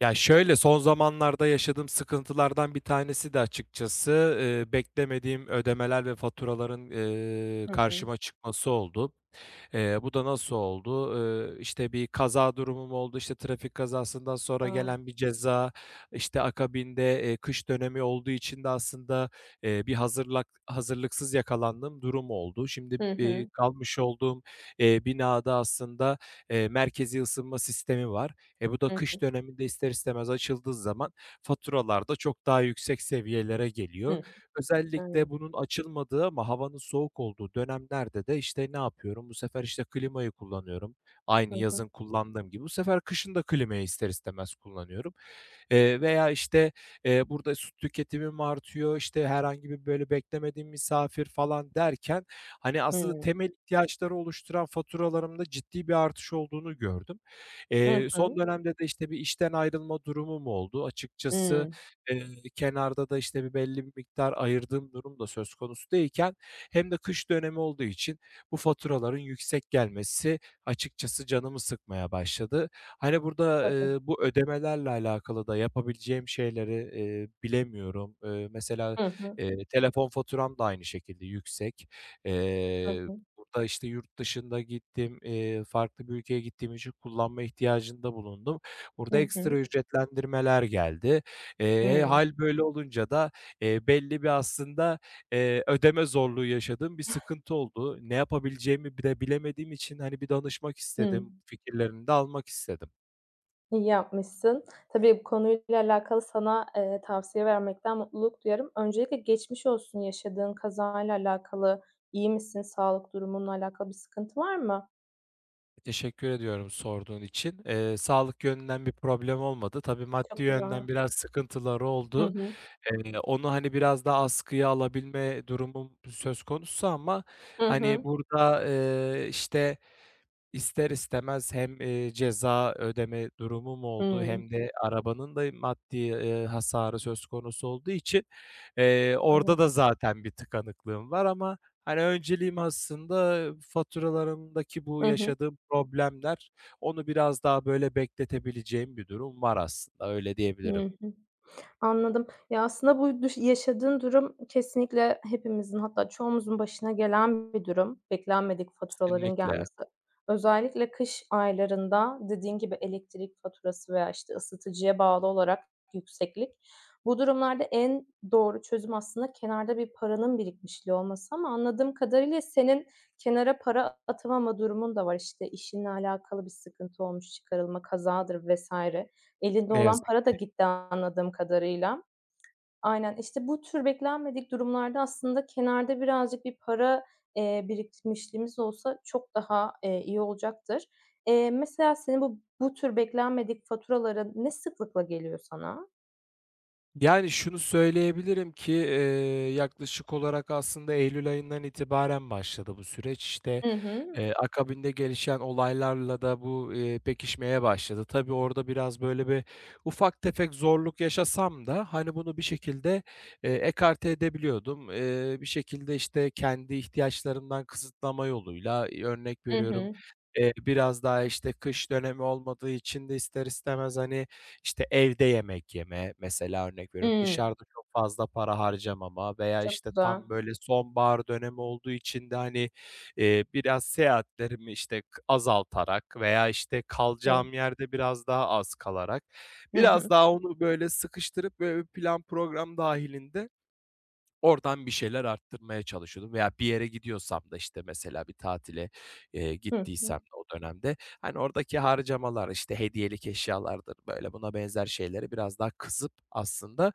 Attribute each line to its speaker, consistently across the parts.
Speaker 1: Ya şöyle son zamanlarda yaşadığım sıkıntılardan bir tanesi de açıkçası, beklemediğim ödemeler ve faturaların,
Speaker 2: Hı hı.
Speaker 1: karşıma çıkması oldu. Bu da nasıl oldu? İşte bir kaza durumum oldu, işte trafik kazasından sonra
Speaker 2: A!
Speaker 1: gelen bir ceza. İşte akabinde, kış dönemi olduğu için de aslında, bir hazırlıksız yakalandığım durum oldu. Şimdi,
Speaker 2: Hı hı.
Speaker 1: kalmış olduğum, binada aslında, merkezi ısınma sistemi var. Bu da
Speaker 2: Hı hı.
Speaker 1: kış döneminde ister istemez açıldığı zaman faturalar da çok daha yüksek seviyelere geliyor.
Speaker 2: Hı.
Speaker 1: Özellikle
Speaker 2: Aynen.
Speaker 1: bunun açılmadığı ama havanın soğuk olduğu dönemlerde de, işte, ne yapıyorum? Bu sefer, işte, klimayı kullanıyorum.
Speaker 2: Hı
Speaker 1: Aynı
Speaker 2: hı.
Speaker 1: yazın kullandığım gibi bu sefer kışın da klimayı ister istemez kullanıyorum. Veya, işte, burada su tüketimim artıyor. İşte herhangi bir, böyle, beklemediğim misafir falan derken, hani, aslında
Speaker 2: Hıı.
Speaker 1: temel ihtiyaçları oluşturan faturalarımda ciddi bir artış olduğunu gördüm.
Speaker 2: Hı
Speaker 1: Son
Speaker 2: hı.
Speaker 1: dönemde de, işte, bir işten ayrılma durumum oldu. Açıkçası,
Speaker 2: Hıı.
Speaker 1: eee, kenarda da, işte, bir belli bir miktar ayırdığım durum da söz konusu değilken hem de kış dönemi olduğu için bu faturaların yüksek gelmesi açıkçası canımı sıkmaya başladı. Hani, burada,
Speaker 2: Tabii.
Speaker 1: bu ödemelerle alakalı da yapabileceğim şeyleri, bilemiyorum. Mesela,
Speaker 2: Hı hı.
Speaker 1: telefon faturam da aynı şekilde yüksek.
Speaker 2: Hı
Speaker 1: Eee
Speaker 2: hı.
Speaker 1: Burada, işte, yurt dışında gittim, farklı bir ülkeye gittiğim için kullanma ihtiyacında bulundum.
Speaker 2: Hı
Speaker 1: Burada
Speaker 2: hı.
Speaker 1: ekstra ücretlendirmeler geldi.
Speaker 2: Hıı.
Speaker 1: Hâl böyle olunca da, belli bir aslında, ödeme zorluğu yaşadığım bir sıkıntı oldu. Ne yapabileceğimi bile bilemediğim için, hani, bir danışmak
Speaker 2: Hıı.
Speaker 1: istedim, fikirlerini de almak istedim.
Speaker 2: İyi yapmışsın. Tabii bu konuyla alakalı sana, tavsiye vermekten mutluluk duyarım. Öncelikle geçmiş olsun yaşadığın kazayla alakalı. İyi misin? Sağlık durumunla alakalı bir sıkıntı var mı?
Speaker 1: Teşekkür ediyorum sorduğun için. Sağlık yönünden bir problem olmadı. Tabii maddi
Speaker 2: Çok güzel.
Speaker 1: yönden biraz sıkıntıları
Speaker 2: Hı
Speaker 1: oldu.
Speaker 2: hı.
Speaker 1: Onu, hani, biraz daha askıya alabilme durumum söz konusu ama,
Speaker 2: Hı
Speaker 1: hani,
Speaker 2: hı.
Speaker 1: burada, işte, ister istemez hem, ceza ödeme durumum oldu
Speaker 2: Hıı.
Speaker 1: hem de arabanın da maddi, hasarı söz konusu olduğu için,
Speaker 2: Evet.
Speaker 1: orada da zaten bir tıkanıklığım var ama, hani, önceliğim aslında faturalarımdaki bu
Speaker 2: Hı hı.
Speaker 1: yaşadığım problemler. Onu biraz daha, böyle, bekletebileceğim bir durum var aslında, öyle
Speaker 2: Hı
Speaker 1: diyebilirim.
Speaker 2: hı. Anladım. Ya, aslında bu yaşadığın durum kesinlikle hepimizin hatta çoğumuzun başına gelen bir durum, beklenmedik faturaların
Speaker 1: Kesinlikle.
Speaker 2: gelmesi. Özellikle kış aylarında dediğin gibi elektrik faturası veya, işte, ısıtıcıya bağlı olarak yükseklik. Bu durumlarda en doğru çözüm aslında kenarda bir paranın birikmişliği olması ama anladığım kadarıyla senin kenara para atamama durumun da var. İşte, işinle alakalı bir sıkıntı olmuş, çıkarılma, kazadır vesaire. Elinde
Speaker 1: Ne
Speaker 2: olan
Speaker 1: yazık.
Speaker 2: para da gitti anladığım kadarıyla. Aynen, işte, bu tür beklenmedik durumlarda aslında kenarda birazcık bir para, birikmişliğimiz olsa çok daha, iyi olacaktır. Mesela senin bu tür beklenmedik faturaların ne sıklıkla geliyor sana?
Speaker 1: Yani şunu söyleyebilirim ki, yaklaşık olarak aslında eylül ayından itibaren başladı bu süreç. İşte,
Speaker 2: Hı hı.
Speaker 1: akabinde gelişen olaylarla da bu, pekişmeye başladı. Tabii orada biraz böyle bir ufak tefek zorluk yaşasam da, hani, bunu bir şekilde, ekarte edebiliyordum. Bir şekilde, işte, kendi ihtiyaçlarımdan kısıtlama yoluyla, örnek
Speaker 2: Hı
Speaker 1: veriyorum,
Speaker 2: hı.
Speaker 1: biraz daha, işte, kış dönemi olmadığı için de ister istemez, hani, işte, evde yemek yeme, mesela örnek veriyorum,
Speaker 2: Hımm.
Speaker 1: dışarıda çok fazla para harcamama veya,
Speaker 2: Çok
Speaker 1: işte,
Speaker 2: güzel.
Speaker 1: tam böyle sonbahar dönemi olduğu için de, hani, biraz seyahatlerimi, işte, azaltarak veya, işte,
Speaker 2: Evet.
Speaker 1: kalacağım yerde biraz daha az kalarak
Speaker 2: Hı
Speaker 1: biraz
Speaker 2: hı.
Speaker 1: daha onu böyle sıkıştırıp böyle bir plan program dâhilinde oradan bir şeyler arttırmaya çalışıyordum veya bir yere gidiyorsam da, işte, mesela bir tatile,
Speaker 2: Hı hı.
Speaker 1: gittiysem de o dönemde, hani, oradaki harcamalar, işte, hediyelik eşyalardır, böyle, buna benzer şeyleri biraz daha kızıp aslında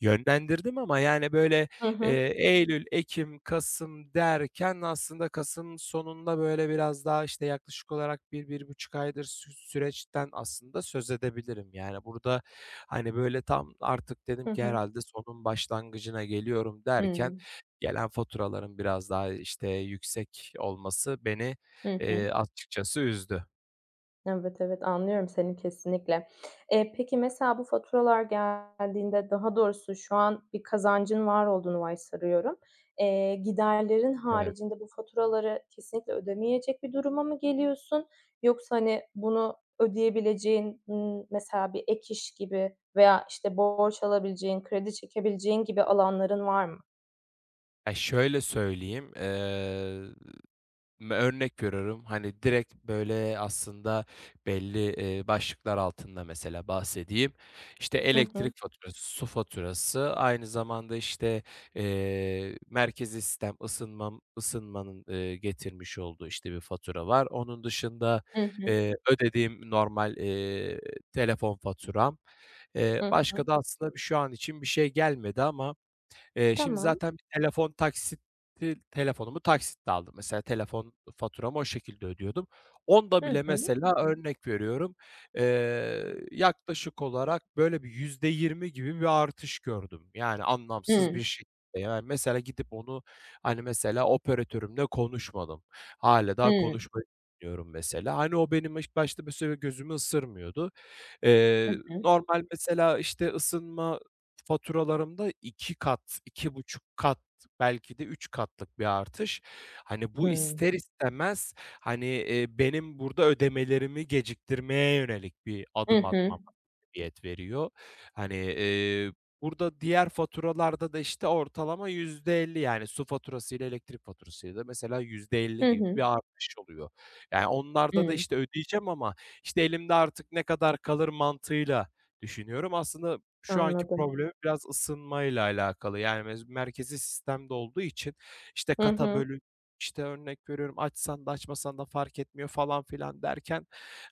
Speaker 1: yönlendirdim ama, yani, böyle,
Speaker 2: Hı hı.
Speaker 1: eylül, ekim, kasım derken aslında Kasım sonunda, böyle, biraz daha, işte, yaklaşık olarak bir 1,5 aydır süreçten aslında söz edebilirim. Yani, burada, hani, böyle, tam artık dedim
Speaker 2: Hı
Speaker 1: ki
Speaker 2: hı.
Speaker 1: herhalde sonun başlangıcına geliyorum derken
Speaker 2: Hımm.
Speaker 1: gelen faturaların biraz daha, işte, yüksek olması beni,
Speaker 2: Hı hı.
Speaker 1: açıkçası üzdü.
Speaker 2: Evet, evet, anlıyorum seni kesinlikle. Peki mesela bu faturalar geldiğinde, daha doğrusu şu an bir kazancın var olduğunu varsayıyorum. Giderlerin
Speaker 1: Evet.
Speaker 2: haricinde bu faturaları kesinlikle ödemeyecek bir duruma mı geliyorsun? Yoksa, hani, bunu ödeyebileceğin, mesela bir ek iş gibi veya, işte, borç alabileceğin, kredi çekebileceğin gibi alanların var mı?
Speaker 1: Ya, şöyle söyleyeyim, örnek görüyorum. Hani, direkt, böyle, aslında belli, başlıklar altında mesela bahsedeyim. İşte,
Speaker 2: Hı hı.
Speaker 1: elektrik faturası, su faturası, aynı zamanda, işte, merkezi sistem ısınmanın, getirmiş olduğu, işte, bir fatura var. Onun dışında,
Speaker 2: Hı hı.
Speaker 1: ödediğim normal, telefon faturam.
Speaker 2: Hı hı.
Speaker 1: Başka da aslında şu an için bir şey gelmedi ama, şimdi
Speaker 2: Tamam.
Speaker 1: zaten bir telefonumu taksitle aldım. Mesela telefon faturamı o şekilde ödüyordum. Onda
Speaker 2: Hı
Speaker 1: bile
Speaker 2: hı.
Speaker 1: mesela örnek veriyorum, yaklaşık olarak böyle bir %20 gibi bir artış gördüm. Yani anlamsız
Speaker 2: Hıı.
Speaker 1: bir şekilde. Yani mesela gidip onu, hani, mesela operatörümle konuşmadım. Hâlâ daha
Speaker 2: Hı
Speaker 1: konuşmayı düşünüyorum mesela. Hani, o benim ilk başta mesela gözümü ısırmıyordu.
Speaker 2: hı.
Speaker 1: Normal mesela, işte, ısınma faturalarımda 2 kat, 2,5 kat belki de 3 katlık bir artış. Hani, bu
Speaker 2: Hıı.
Speaker 1: ister istemez, hani, benim burada ödemelerimi geciktirmeye yönelik bir
Speaker 2: Hı
Speaker 1: adım
Speaker 2: hı.
Speaker 1: atmama sebebiyet veriyor. Hani, burada diğer faturalarda da, işte, ortalama %50 yani su faturasıyla elektrik faturasıyla da mesela yüzde
Speaker 2: Hı
Speaker 1: elli gibi
Speaker 2: hı.
Speaker 1: bir artış oluyor. Yani
Speaker 2: Hı.
Speaker 1: onlarda da,
Speaker 2: hı.
Speaker 1: işte, ödeyeceğim ama, işte, elimde artık ne kadar kalır mantığıyla düşünüyorum. Aslında şu anki
Speaker 2: Anladım.
Speaker 1: problemi biraz ısınmayla alakalı. Yani merkezi sistemde olduğu için, işte,
Speaker 2: Hı
Speaker 1: kata
Speaker 2: hı.
Speaker 1: bölü, işte, örnek veriyorum, açsan da açmasan da fark etmiyor falan filan derken,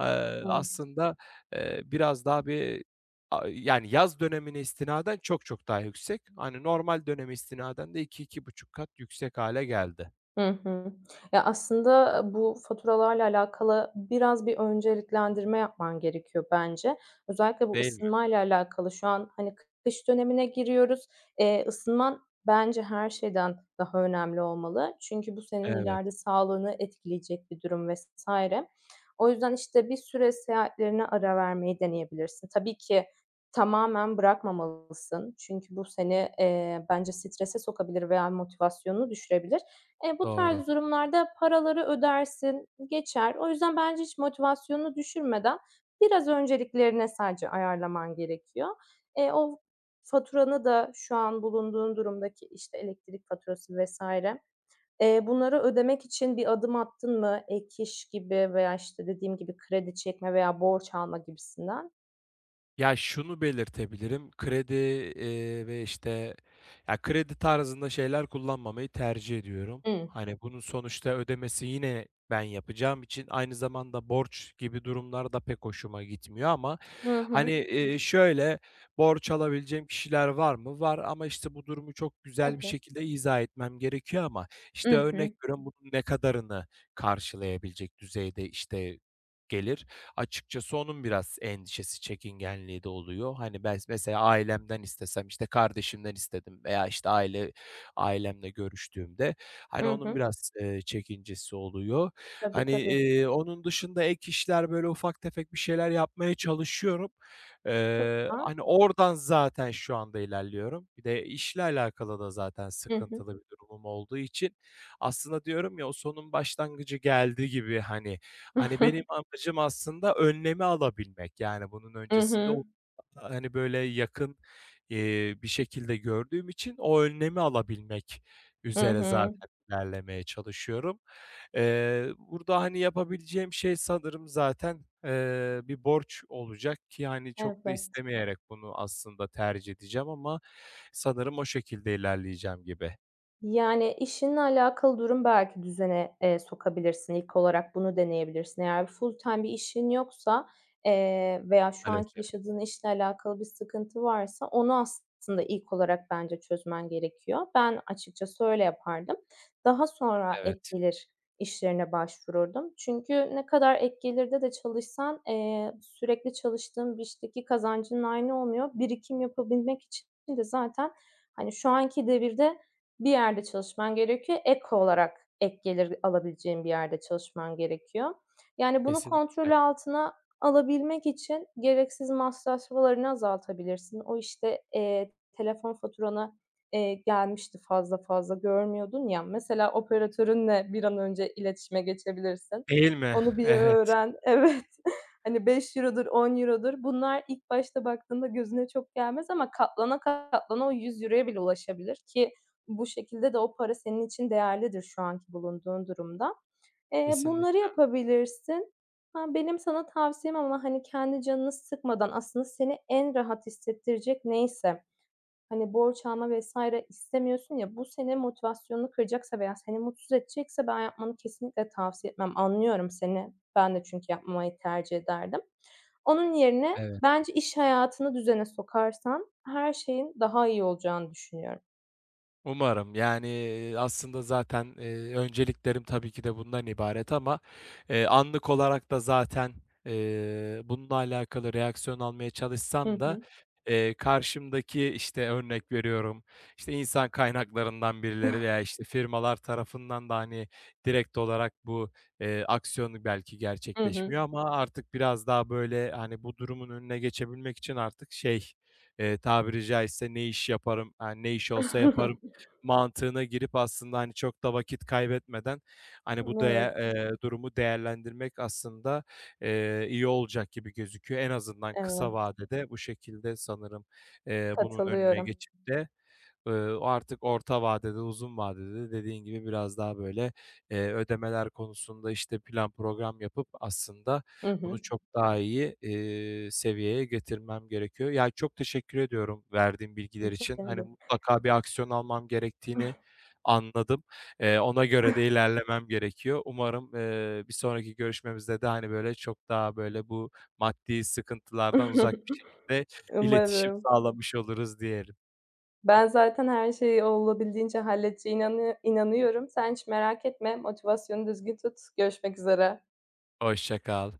Speaker 1: eee,
Speaker 2: Evet.
Speaker 1: aslında, biraz daha bir yani yaz dönemine istinaden çok çok daha yüksek. Hani, normal döneme istinaden de iki 2,5 kat yüksek hale geldi,
Speaker 2: Hı hı. Ya, aslında bu faturalarla alakalı biraz bir önceliklendirme yapman gerekiyor bence. Özellikle bu
Speaker 1: değil mi?
Speaker 2: ısınmayla alakalı şu an, hani, kış dönemine giriyoruz. Isınman bence her şeyden daha önemli olmalı. Çünkü bu senin
Speaker 1: Evet,
Speaker 2: ileride sağlığını etkileyecek bir durum vesaire. O yüzden, işte, bir süre seyahatlerine ara vermeyi deneyebilirsin. Tabii ki tamamen bırakmamalısın. Çünkü bu seni, bence strese sokabilir veya motivasyonunu düşürebilir. Bu
Speaker 1: doğru.
Speaker 2: tarz durumlarda paraları ödersin, geçer. O yüzden bence hiç motivasyonunu düşürmeden biraz önceliklerine sadece ayarlaman gerekiyor. O faturanı da şu an bulunduğun durumdaki, işte, elektrik faturası vesaire, bunları ödemek için bir adım attın mı? Ek iş gibi veya, işte, dediğim gibi kredi çekme veya borç alma gibisinden?
Speaker 1: Ya, şunu belirtebilirim, kredi, ve, işte, ya, kredi tarzında şeyler kullanmamayı tercih ediyorum.
Speaker 2: Hıı.
Speaker 1: Hani, bunun sonuçta ödemesi yine ben yapacağım için aynı zamanda borç gibi durumlar da pek hoşuma gitmiyor ama,
Speaker 2: Hı
Speaker 1: hani,
Speaker 2: hı.
Speaker 1: şöyle, borç alabileceğim kişiler var mı? Var ama, işte, bu durumu çok güzel bir
Speaker 2: Tabii.
Speaker 1: şekilde izah etmem gerekiyor ama,
Speaker 2: I
Speaker 1: işte,
Speaker 2: hı.
Speaker 1: örnek veriyorum, bunun ne kadarını karşılayabilecek düzeyde, işte, gelir? Açıkçası onun biraz endişesi, çekingenliği de oluyor. Hani ben mesela ailemden istesem, işte kardeşimden istedim veya işte ailemle görüştüğümde,
Speaker 2: I
Speaker 1: hani onun
Speaker 2: hı.
Speaker 1: biraz, çekincesi oluyor.
Speaker 2: Tabii,
Speaker 1: Hani,
Speaker 2: tabii.
Speaker 1: onun dışında ek işler, böyle ufak tefek bir şeyler yapmaya çalışıyorum.
Speaker 2: Çok güzel.
Speaker 1: Hani oradan zaten şu anda ilerliyorum. Bir de işle alakalı da zaten
Speaker 2: Hı hı.
Speaker 1: sıkıntılı bir durumum olduğu için aslında diyorum ya, o sonun başlangıcı geldi gibi hani. Hani, benim amacım aslında önlemi alabilmek. Yani, bunun
Speaker 2: Hı
Speaker 1: öncesinde
Speaker 2: hı.
Speaker 1: o, hani, böyle yakın, bir şekilde gördüğüm için o önlemi alabilmek
Speaker 2: Hı
Speaker 1: üzere
Speaker 2: hı.
Speaker 1: zaten ilerlemeye çalışıyorum. Burada, hani, yapabileceğim şey sanırım zaten, bir borç olacak ki, hani, çok da
Speaker 2: Evet.
Speaker 1: istemeyerek bunu aslında tercih edeceğim ama sanırım o şekilde ilerleyeceğim gibi.
Speaker 2: Yani, işinle alakalı durum belki düzene, sokabilirsin. İlk olarak bunu deneyebilirsin. Eğer full-time bir işin yoksa, veya şu anki
Speaker 1: Maalesef.
Speaker 2: yaşadığın işle alakalı bir sıkıntı varsa onu aslında ilk olarak bence çözmen gerekiyor. Ben açıkçası öyle yapardım. Daha sonra ek
Speaker 1: Evet,
Speaker 2: gelir işlerine başvururdum. Çünkü ne kadar ek gelirde de çalışsan, sürekli çalıştığın bir işteki kazancın aynı olmuyor. Birikim yapabilmek için de zaten, hani, şu anki devirde bir yerde çalışman gerekiyor. Ek olarak ek gelir alabileceğin bir yerde çalışman gerekiyor. Yani bunu
Speaker 1: kesinlikle.
Speaker 2: kontrol altına alabilmek için gereksiz masraflarını azaltabilirsin. O, işte, telefon faturana, gelmişti fazla fazla görmüyordun ya, mesela operatörünle bir an önce iletişime geçebilirsin.
Speaker 1: Değil mi?
Speaker 2: Onu bir
Speaker 1: Evet,
Speaker 2: öğren. Evet. Hani beş eurodur, on €10'dur. Bunlar ilk başta baktığında gözüne çok gelmez ama katlana katlana o €100'ya bile ulaşabilir ki bu şekilde de o para senin için değerlidir şu anki bulunduğun durumda. Bunları
Speaker 1: kesinlikle.
Speaker 2: yapabilirsin. Ha, benim sana tavsiyem ama, hani, kendi canını sıkmadan aslında seni en rahat hissettirecek neyse, hani, borç alma vs. istemiyorsun ya, bu senin motivasyonunu kıracaksa veya seni mutsuz edecekse ben yapmanı kesinlikle tavsiye etmem. Anlıyorum seni. Ben de çünkü yapmamayı tercih ederdim. Onun yerine
Speaker 1: Evet.
Speaker 2: bence iş hayatını düzene sokarsan her şeyin daha iyi olacağını düşünüyorum.
Speaker 1: Umarım. Yani, aslında zaten, önceliklerim tabii ki de bundan ibaret ama, anlık olarak da zaten, bununla alakalı reaksiyon almaya
Speaker 2: Hı
Speaker 1: çalışsam da,
Speaker 2: hı.
Speaker 1: karşımdaki, işte, örnek veriyorum, işte, insan kaynaklarından birileri veya, işte, firmalar tarafından da, hani, direkt olarak bu, aksiyonu belki
Speaker 2: Hı hı.
Speaker 1: gerçekleşmiyor ama artık biraz daha, böyle, hani, bu durumun önüne geçebilmek için artık şey, tabiri caizse ne iş yaparım, hani, ne iş olsa yaparım mantığına girip aslında, hani, çok da vakit kaybetmeden, hani, bu
Speaker 2: Evet,
Speaker 1: değe durumu değerlendirmek aslında, iyi olacak gibi gözüküyor. En azından
Speaker 2: evet.
Speaker 1: kısa vadede bu şekilde sanırım, bunun önüne
Speaker 2: Katılıyorum.
Speaker 1: geçip de o artık orta vadede, uzun vadede dediğin gibi biraz daha böyle, ödemeler konusunda, işte, plan program yapıp aslında
Speaker 2: Hı
Speaker 1: bunu
Speaker 2: hı.
Speaker 1: çok daha iyi, seviyeye getirmem gerekiyor. Ya, çok teşekkür ediyorum verdiğin bilgiler
Speaker 2: Rica
Speaker 1: için. Hani,
Speaker 2: ederim.
Speaker 1: mutlaka bir aksiyon almam gerektiğini anladım. Ona göre de ilerlemem gerekiyor. Umarım, bir sonraki görüşmemizde de, hani, böyle, çok daha böyle bu maddi sıkıntılardan uzak bir şekilde iletişim
Speaker 2: Umarım.
Speaker 1: sağlamış oluruz diyelim.
Speaker 2: Ben zaten her şeyi olabildiğince halledeceğine inanıyorum. Sen hiç merak etme, motivasyonu düzgün tut. Görüşmek üzere.
Speaker 1: Hoşça kal.